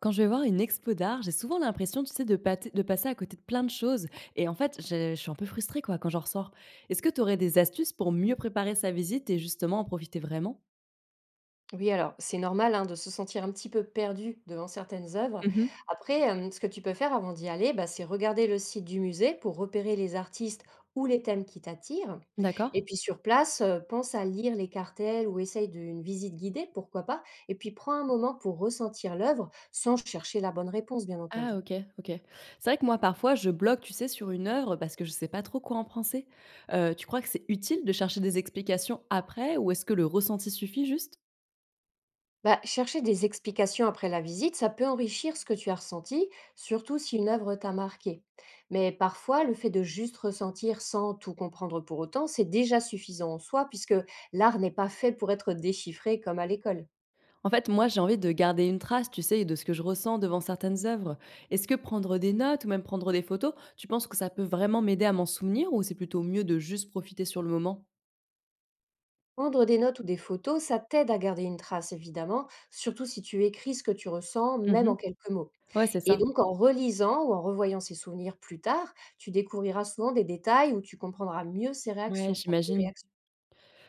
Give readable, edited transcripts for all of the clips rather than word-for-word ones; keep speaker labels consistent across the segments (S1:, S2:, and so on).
S1: Quand je vais voir une expo d'art, j'ai souvent l'impression, tu sais, de, de passer à côté de plein de choses. Et en fait, je suis un peu frustrée, quoi, quand j'en ressors. Est-ce que tu aurais des astuces pour mieux préparer sa visite et justement en profiter vraiment?
S2: Oui, alors c'est normal hein, de se sentir un petit peu perdu devant certaines œuvres.
S1: Mhm.
S2: Après, ce que tu peux faire avant d'y aller, bah, c'est regarder le site du musée pour repérer les artistes ou les thèmes qui t'attirent. Et
S1: D'accord.
S2: puis sur place, pense à lire les cartels ou essaye d'une visite guidée, pourquoi pas. Et puis prends un moment pour ressentir l'œuvre sans chercher la bonne réponse, bien entendu.
S1: Ah, ok, ok. C'est vrai que moi, parfois, je bloque, tu sais, sur une œuvre parce que je sais pas trop quoi en penser. Tu crois que c'est utile de chercher des explications après ou est-ce que le ressenti suffit juste?
S2: Bah, chercher des explications après la visite, ça peut enrichir ce que tu as ressenti, surtout si une œuvre t'a marqué. Mais parfois, le fait de juste ressentir sans tout comprendre pour autant, c'est déjà suffisant en soi, puisque l'art n'est pas fait pour être déchiffré comme à l'école.
S1: En fait, moi, j'ai envie de garder une trace, tu sais, de ce que je ressens devant certaines œuvres. Est-ce que prendre des notes ou même prendre des photos, tu penses que ça peut vraiment m'aider à m'en souvenir ou c'est plutôt mieux de juste profiter sur le moment?
S2: Prendre des notes ou des photos, ça t'aide à garder une trace, évidemment, surtout si tu écris ce que tu ressens, même en
S1: Mhm.
S2: quelques mots.
S1: Ouais, c'est
S2: Et
S1: ça.
S2: donc, en relisant ou en revoyant ces souvenirs plus tard, tu découvriras souvent des détails où tu comprendras mieux ses
S1: Ouais,
S2: réactions, enfin, tes
S1: j'imagine.
S2: réactions.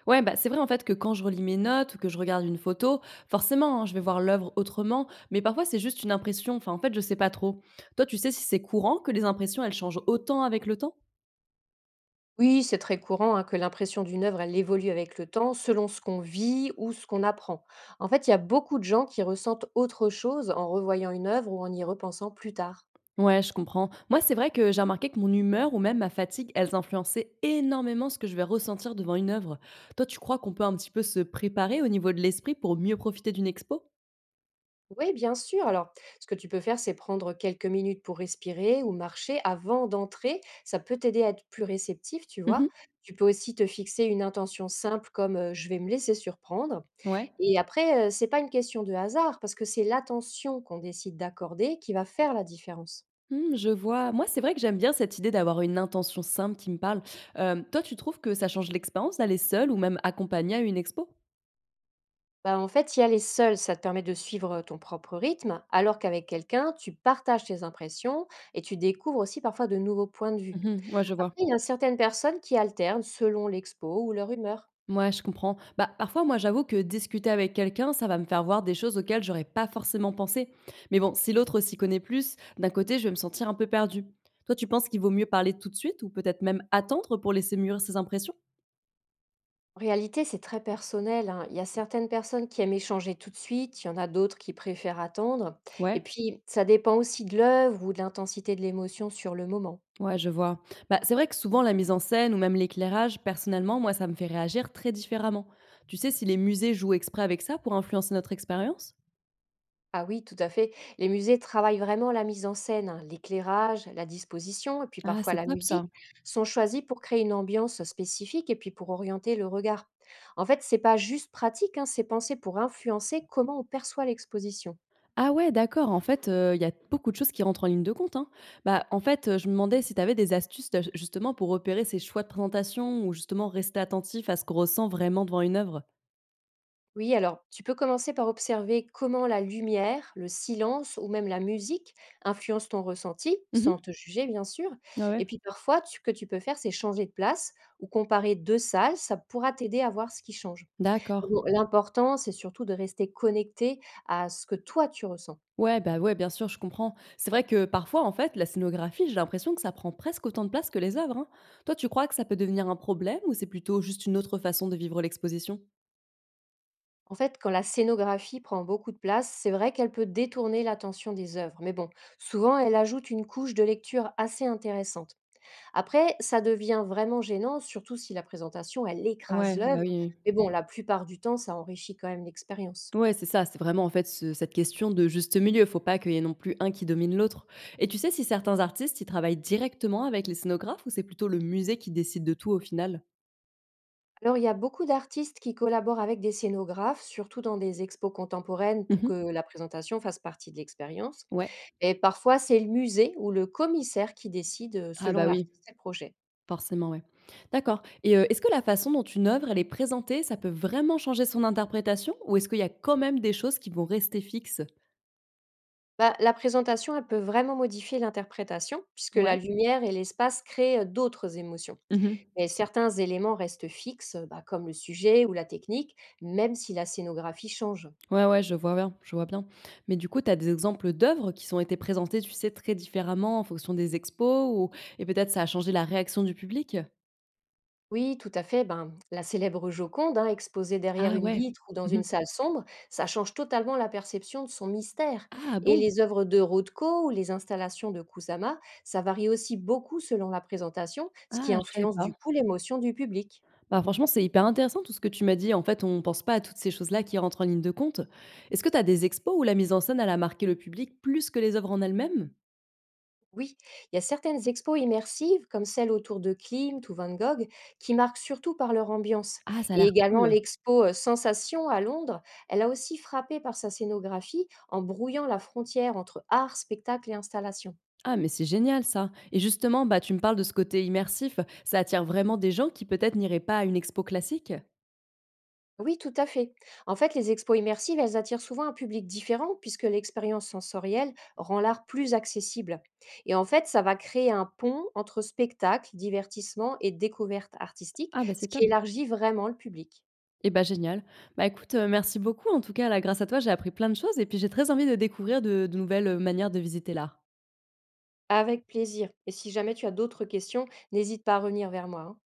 S1: Ouais, bah c'est vrai en fait que quand je relis mes notes ou que je regarde une photo, forcément, hein, je vais voir l'œuvre autrement, mais parfois c'est juste une impression. Enfin, en fait, je sais pas trop. Toi, tu sais si c'est courant que les impressions, elles changent autant avec le temps?
S2: Oui, c'est très courant hein, que l'impression d'une œuvre, elle évolue avec le temps, selon ce qu'on vit ou ce qu'on apprend. En fait, il y a beaucoup de gens qui ressentent autre chose en revoyant une œuvre ou en y repensant plus tard.
S1: Ouais, je comprends. Moi, c'est vrai que j'ai remarqué que mon humeur ou même ma fatigue, elles influençaient énormément ce que je vais ressentir devant une œuvre. Toi, tu crois qu'on peut un petit peu se préparer au niveau de l'esprit pour mieux profiter d'une expo?
S2: Oui, bien sûr. Alors, ce que tu peux faire, c'est prendre quelques minutes pour respirer ou marcher avant d'entrer. Ça peut t'aider à être plus réceptif, tu vois.
S1: Mhm.
S2: Tu peux aussi te fixer une intention simple comme je vais me laisser surprendre.
S1: Ouais.
S2: Et après, c'est pas une question de hasard parce que c'est l'attention qu'on décide d'accorder qui va faire la différence.
S1: Hmm, je vois. Moi, c'est vrai que j'aime bien cette idée d'avoir une intention simple qui me parle. Toi, tu trouves que ça change l'expérience d'aller seule ou même accompagnée à une expo?
S2: Bah, en fait, y aller seul, ça te permet de suivre ton propre rythme, alors qu'avec quelqu'un, tu partages tes impressions et tu découvres aussi parfois de nouveaux points de vue.
S1: Mhm, ouais, je
S2: Après,
S1: vois.
S2: il y a certaines personnes qui alternent selon l'expo ou leur humeur.
S1: Mouais, je comprends. Bah, parfois, moi, j'avoue que discuter avec quelqu'un, ça va me faire voir des choses auxquelles j'aurais pas forcément pensé. Mais bon, si l'autre s'y connaît plus, d'un côté, je vais me sentir un peu perdue. Toi, tu penses qu'il vaut mieux parler tout de suite ou peut-être même attendre pour laisser mûrir ses impressions?
S2: En réalité, c'est très personnel, hein. Il y a certaines personnes qui aiment échanger tout de suite, il y en a d'autres qui préfèrent attendre. Et
S1: Ouais,
S2: puis, ça dépend aussi de l'œuvre ou de l'intensité de l'émotion sur le moment.
S1: ouais, je vois. Bah, c'est vrai que souvent, la mise en scène ou même l'éclairage, personnellement, moi, ça me fait réagir très différemment. Tu sais si les musées jouent exprès avec ça pour influencer notre expérience?
S2: Ah oui, tout à fait. Les musées travaillent vraiment la mise en scène, hein. L'éclairage, la disposition et puis
S1: Ah,
S2: parfois
S1: c'est
S2: la
S1: top
S2: musique
S1: ça.
S2: sont choisis pour créer une ambiance spécifique et puis pour orienter le regard. En fait, c'est pas juste pratique, hein, c'est pensé pour influencer comment on perçoit l'exposition.
S1: Ah ouais, d'accord, en fait, il y a beaucoup de choses qui rentrent en ligne de compte, hein. Bah, en fait, je me demandais si tu avais des astuces, justement pour repérer ces choix de présentation ou justement rester attentif à ce qu'on ressent vraiment devant une œuvre?
S2: Oui, alors tu peux commencer par observer comment la lumière, le silence ou même la musique influencent ton ressenti, sans
S1: Mhm.
S2: te juger bien sûr.
S1: Ah ouais, ouais.
S2: Et puis parfois, ce que tu peux faire, c'est changer de place ou comparer deux salles, ça pourra t'aider à voir ce qui change.
S1: D'accord.
S2: Bon, l'important, c'est surtout de rester connecté à ce que toi tu ressens.
S1: Ouais, bah, ouais, bien sûr, je comprends. C'est vrai que parfois, en fait, la scénographie, j'ai l'impression que ça prend presque autant de place que les œuvres, hein. Toi, tu crois que ça peut devenir un problème ou c'est plutôt juste une autre façon de vivre l'exposition?
S2: En fait, quand la scénographie prend beaucoup de place, c'est vrai qu'elle peut détourner l'attention des œuvres, mais bon, souvent elle ajoute une couche de lecture assez intéressante. Après, ça devient vraiment gênant, surtout si la présentation, elle écrase
S1: Ouais, bah, oui,
S2: l'œuvre,
S1: oui.
S2: mais bon, la plupart du temps, ça enrichit quand même l'expérience.
S1: Ouais, c'est ça, c'est vraiment en fait ce cette question de juste milieu. Faut pas qu'il y ait non plus un qui domine l'autre. Et tu sais si certains artistes, ils travaillent directement avec les scénographes ou c'est plutôt le musée qui décide de tout au final?
S2: Alors, il y a beaucoup d'artistes qui collaborent avec des scénographes, surtout dans des expos contemporaines, pour
S1: Mmh.
S2: que la présentation fasse partie de l'expérience.
S1: Ouais.
S2: Et parfois, c'est le musée ou le commissaire qui décide,
S1: Ah
S2: selon
S1: bah oui,
S2: l'artiste et le projet.
S1: forcément, ouais. D'accord et est-ce que la façon dont une œuvre, elle est présentée, ça peut vraiment changer son interprétation ou est-ce qu'il y a quand même des choses qui vont rester fixes?
S2: Bah, la présentation, elle peut vraiment modifier l'interprétation, puisque la
S1: Ouais.
S2: lumière et l'espace créent, d'autres émotions.
S1: Mmh.
S2: Mais certains éléments restent fixes, bah, comme le sujet ou la technique, même si la scénographie change.
S1: Ouais, ouais, je vois bien, je vois bien. Mais du coup, tu as des exemples d'œuvres qui ont été présentées, tu sais, très différemment en fonction des expos ou et peut-être ça a changé la réaction du public?
S2: Oui, tout à fait. Ben, la célèbre Joconde, hein, exposée derrière
S1: Ah
S2: une
S1: ouais.
S2: vitre ou dans
S1: Mmh.
S2: une salle sombre, ça change totalement la perception de son mystère.
S1: Ah
S2: Et
S1: bon?
S2: les œuvres de Rothko ou les installations de Kusama, ça varie aussi beaucoup selon la présentation, ce qui
S1: Ah, je savais
S2: influence
S1: pas.
S2: du coup l'émotion du public.
S1: Bah, franchement, c'est hyper intéressant tout ce que tu m'as dit. En fait, on ne pense pas à toutes ces choses-là qui rentrent en ligne de compte. Est-ce que tu as des expos où la mise en scène, elle a marqué le public plus que les œuvres en elles-mêmes?
S2: Oui, il y a certaines expos immersives, comme celle autour de Klimt ou Van Gogh, qui marquent surtout par leur ambiance.
S1: Ah, ça a
S2: Et
S1: l'air
S2: également
S1: cool.
S2: l'expo Sensation à Londres, elle a aussi frappé par sa scénographie en brouillant la frontière entre art, spectacle et installation.
S1: Ah, mais c'est génial ça. Et justement, bah, tu me parles de ce côté immersif, ça attire vraiment des gens qui peut-être n'iraient pas à une expo classique?
S2: Oui, tout à fait. En fait, les expos immersives, elles attirent souvent un public différent puisque l'expérience sensorielle rend l'art plus accessible. Et en fait, ça va créer un pont entre spectacle, divertissement et découverte artistique,
S1: Ah, bah,
S2: ce
S1: c'est
S2: qui
S1: top.
S2: élargit vraiment le public.
S1: Eh bah, génial. Bah, écoute, merci beaucoup en tout cas là, grâce à toi, j'ai appris plein de choses et puis j'ai très envie de découvrir de nouvelles, manières de visiter l'art.
S2: Avec plaisir. Et si jamais tu as d'autres questions, n'hésite pas à revenir vers moi, hein.